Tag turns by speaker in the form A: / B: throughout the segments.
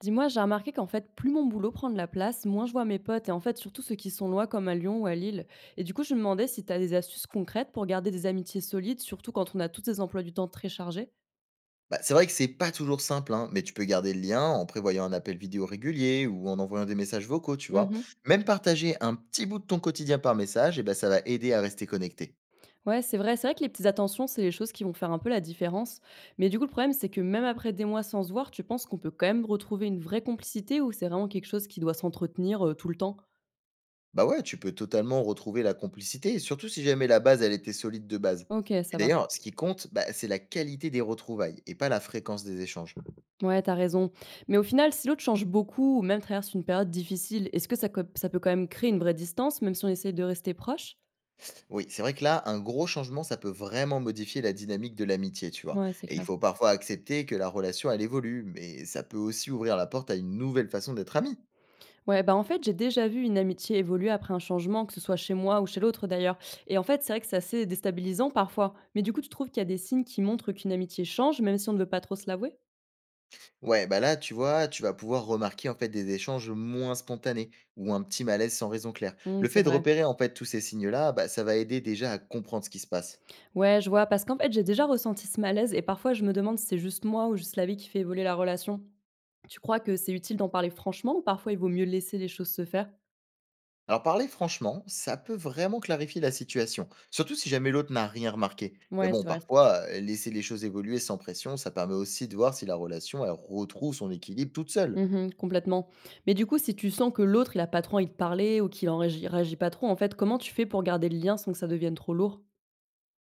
A: Dis-moi, j'ai remarqué qu'en fait, plus mon boulot prend de la place, moins je vois mes potes, et en fait, surtout ceux qui sont loin, comme à Lyon ou à Lille. Et du coup, je me demandais si tu as des astuces concrètes pour garder des amitiés solides, surtout quand on a tous des emplois du temps très chargés.
B: Bah, c'est vrai que c'est pas toujours simple, hein, mais tu peux garder le lien en prévoyant un appel vidéo régulier ou en envoyant des messages vocaux, tu vois.
A: Mhm.
B: Même partager un petit bout de ton quotidien par message, et ben ça va aider à rester connecté.
A: Ouais, c'est vrai que les petites attentions, c'est les choses qui vont faire un peu la différence. Mais du coup, le problème, c'est que même après des mois sans se voir, tu penses qu'on peut quand même retrouver une vraie complicité ou c'est vraiment quelque chose qui doit s'entretenir tout le temps.
B: Bah ouais, tu peux totalement retrouver la complicité, surtout si jamais la base, elle était solide de base.
A: Ok,
B: Et
A: ça va.
B: d'ailleurs, ce qui compte, bah, c'est la qualité des retrouvailles et pas la fréquence des échanges.
A: Ouais, t'as raison. Mais au final, si l'autre change beaucoup ou même traverse une période difficile, est-ce que ça, ça peut quand même créer une vraie distance, même si on essaie de rester proche.
B: Oui, c'est vrai que là, un gros changement, ça peut vraiment modifier la dynamique de l'amitié, tu vois.
A: Ouais, c'est
B: Et il
A: clair.
B: faut parfois accepter que la relation, elle évolue, mais ça peut aussi ouvrir la porte à une nouvelle façon d'être ami.
A: Ouais, bah en fait, j'ai déjà vu une amitié évoluer après un changement, que ce soit chez moi ou chez l'autre d'ailleurs. Et en fait, c'est vrai que c'est assez déstabilisant parfois. Mais du coup, tu trouves qu'il y a des signes qui montrent qu'une amitié change, même si on ne veut pas trop se l'avouer.
B: Ouais, bah là, tu vois, tu vas pouvoir remarquer en fait des échanges moins spontanés ou un petit malaise sans raison claire.
A: Hmm,
B: Le
A: c'est
B: fait de
A: vrai.
B: repérer en fait tous ces signes-là, bah, ça va aider déjà à comprendre ce qui se passe.
A: Ouais, je vois, parce qu'en fait, j'ai déjà ressenti ce malaise et parfois, je me demande si c'est juste moi ou juste la vie qui fait évoluer la relation. Tu crois que c'est utile d'en parler franchement ou parfois il vaut mieux laisser les choses se faire.
B: Alors parler franchement, ça peut vraiment clarifier la situation, surtout si jamais l'autre n'a rien remarqué. Mais
A: Ouais,
B: bon,
A: c'est vrai.
B: parfois, laisser les choses évoluer sans pression, ça permet aussi de voir si la relation elle retrouve son équilibre toute seule.
A: Mmh, complètement. Mais du coup, si tu sens que l'autre, il a pas trop envie de parler ou qu'il en régi réagit pas trop, en fait, comment tu fais pour garder le lien sans que ça devienne trop lourd?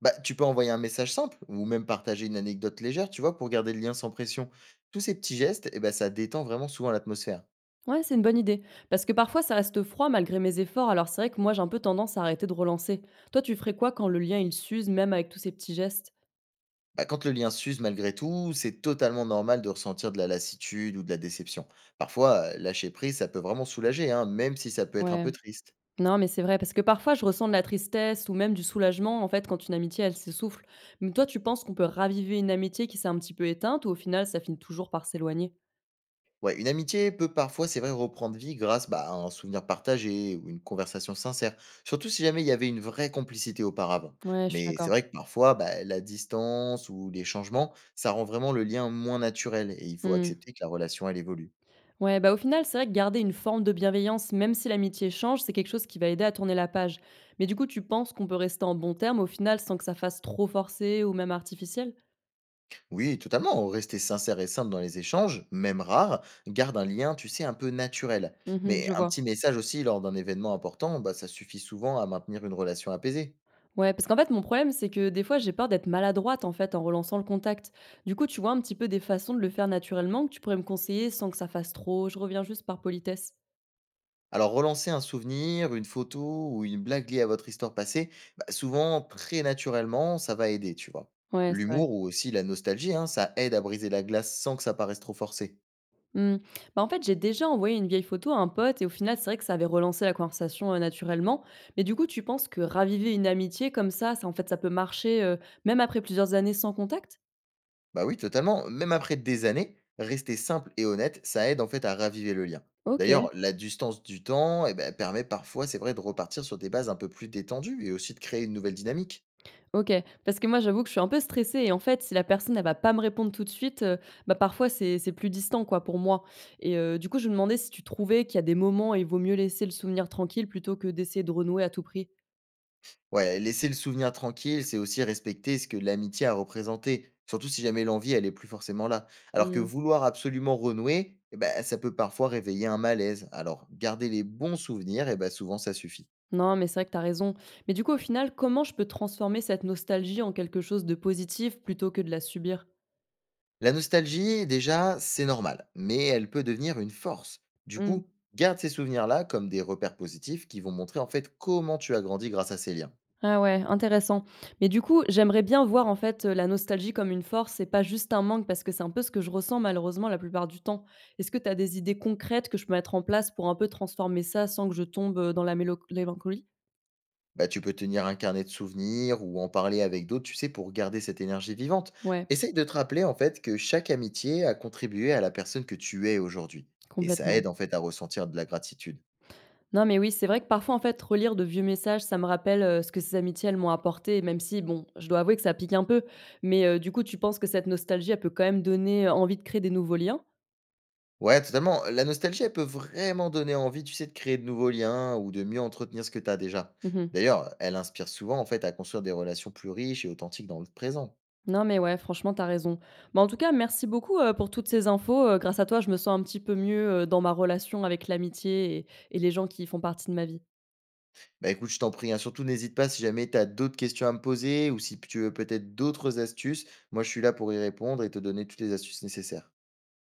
B: Bah, tu peux envoyer un message simple ou même partager une anecdote légère, tu vois, pour garder le lien sans pression. Tous ces petits gestes, eh ben, ça détend vraiment souvent l'atmosphère.
A: Ouais, c'est une bonne idée. Parce que parfois, ça reste froid malgré mes efforts, alors c'est vrai que moi, j'ai un peu tendance à arrêter de relancer. Toi, tu ferais quoi quand le lien, il s'use, même avec tous ces petits gestes?
B: Bah, quand le lien s'use malgré tout, c'est totalement normal de ressentir de la lassitude ou de la déception. Parfois, lâcher prise, ça peut vraiment soulager, hein, même si ça peut être un
A: Ouais.
B: peu triste.
A: Non, mais c'est vrai, parce que parfois, je ressens de la tristesse ou même du soulagement, en fait, quand une amitié, elle s'essouffle. Mais toi, tu penses qu'on peut raviver une amitié qui s'est un petit peu éteinte ou au final, ça finit toujours par s'éloigner?
B: Ouais, une amitié peut parfois, c'est vrai, reprendre vie grâce bah, à un souvenir partagé ou une conversation sincère, surtout si jamais il y avait une vraie complicité auparavant.
A: Ouais, je suis
B: Mais c'est
A: d'accord.
B: vrai que parfois, bah, la distance ou les changements, ça rend vraiment le lien moins naturel et il faut
A: Mmh.
B: accepter que la relation, elle évolue.
A: Ouais, bah au final, c'est vrai que garder une forme de bienveillance, même si l'amitié change, c'est quelque chose qui va aider à tourner la page. Mais du coup, tu penses qu'on peut rester en bon terme au final sans que ça fasse trop forcé ou même artificiel?
B: Oui, totalement. Rester sincère et simple dans les échanges, même rares, garde un lien, tu sais, un peu naturel.
A: Mhm,
B: Mais
A: je
B: un petit
A: vois.
B: message aussi lors d'un événement important, bah, ça suffit souvent à maintenir une relation apaisée.
A: Ouais, parce qu'en fait, mon problème, c'est que des fois, j'ai peur d'être maladroite en fait en relançant le contact. Du coup, tu vois un petit peu des façons de le faire naturellement que tu pourrais me conseiller sans que ça fasse trop. Je reviens juste par politesse.
B: Alors relancer un souvenir, une photo ou une blague liée à votre histoire passée, bah, souvent très naturellement, ça va aider, tu vois.
A: Ouais, c'est vrai.
B: L'humour ou aussi la nostalgie, hein, ça aide à briser la glace sans que ça paraisse trop forcé.
A: Mmh. Bah, en fait, j'ai déjà envoyé une vieille photo à un pote et au final, c'est vrai que ça avait relancé la conversation, naturellement. Mais du coup, tu penses que raviver une amitié comme ça en fait, ça peut marcher, même après plusieurs années sans contact?
B: Bah oui, totalement. Même après des années, rester simple et honnête, ça aide en fait à raviver le lien. D'ailleurs,
A: OK,
B: la distance du temps eh ben, permet parfois, c'est vrai, de repartir sur des bases un peu plus détendues et aussi de créer une nouvelle dynamique.
A: OK. Parce que moi, j'avoue que je suis un peu stressée et en fait, si la personne, elle va pas me répondre tout de suite, bah, parfois, c'est plus distant, quoi, pour moi et du coup, je me demandais si tu trouvais qu'il y a des moments, où il vaut mieux laisser le souvenir tranquille plutôt que d'essayer de renouer à tout prix?
B: Ouais, laisser le souvenir tranquille, c'est aussi respecter ce que l'amitié a représenté, surtout si jamais l'envie, elle est plus forcément là. Alors que
A: Mmh.
B: vouloir absolument renouer, eh ben, ça peut parfois réveiller un malaise. Alors, garder les bons souvenirs, eh ben, souvent, ça suffit.
A: Non, mais c'est vrai que t'as raison. Mais du coup, au final, comment je peux transformer cette nostalgie en quelque chose de positif plutôt que de la subir?
B: La nostalgie, déjà, c'est normal, mais elle peut devenir une force. Du
A: Mmh.
B: coup, garde ces souvenirs-là comme des repères positifs qui vont montrer en fait comment tu as grandi grâce à ces liens.
A: Ah ouais, intéressant. Mais du coup, j'aimerais bien voir en fait, la nostalgie comme une force et pas juste un manque parce que c'est un peu ce que je ressens malheureusement la plupart du temps. Est-ce que tu as des idées concrètes que je peux mettre en place pour un peu transformer ça sans que je tombe, dans la mélo mélancolie?
B: Bah, tu peux tenir un carnet de souvenirs ou en parler avec d'autres, tu sais, pour garder cette énergie vivante.
A: Ouais,
B: Essaye de te rappeler en fait que chaque amitié a contribué à la personne que tu es aujourd'hui. Et ça
A: complètement.
B: aide en fait à ressentir de la gratitude.
A: Non, mais oui, c'est vrai que parfois, en fait, relire de vieux messages, ça me rappelle, ce que ces amitiés, elles m'ont apporté, même si, bon, je dois avouer que ça pique un peu. Mais, du coup, tu penses que cette nostalgie, elle peut quand même donner, envie de créer des nouveaux liens?
B: Ouais, totalement. La nostalgie, elle peut vraiment donner envie, tu sais, de créer de nouveaux liens ou de mieux entretenir ce que tu as déjà.
A: Mmh.
B: D'ailleurs, elle inspire souvent, en fait, à construire des relations plus riches et authentiques dans le présent.
A: Non, mais ouais, franchement, t'as raison. Bah, en tout cas, merci beaucoup, pour toutes ces infos, grâce à toi, je me sens un petit peu mieux, dans ma relation avec l'amitié et les gens qui font partie de ma vie.
B: Bah écoute, je t'en prie, hein, surtout n'hésite pas si jamais tu as d'autres questions à me poser ou si tu veux peut-être d'autres astuces. Moi, je suis là pour y répondre et te donner toutes les astuces nécessaires.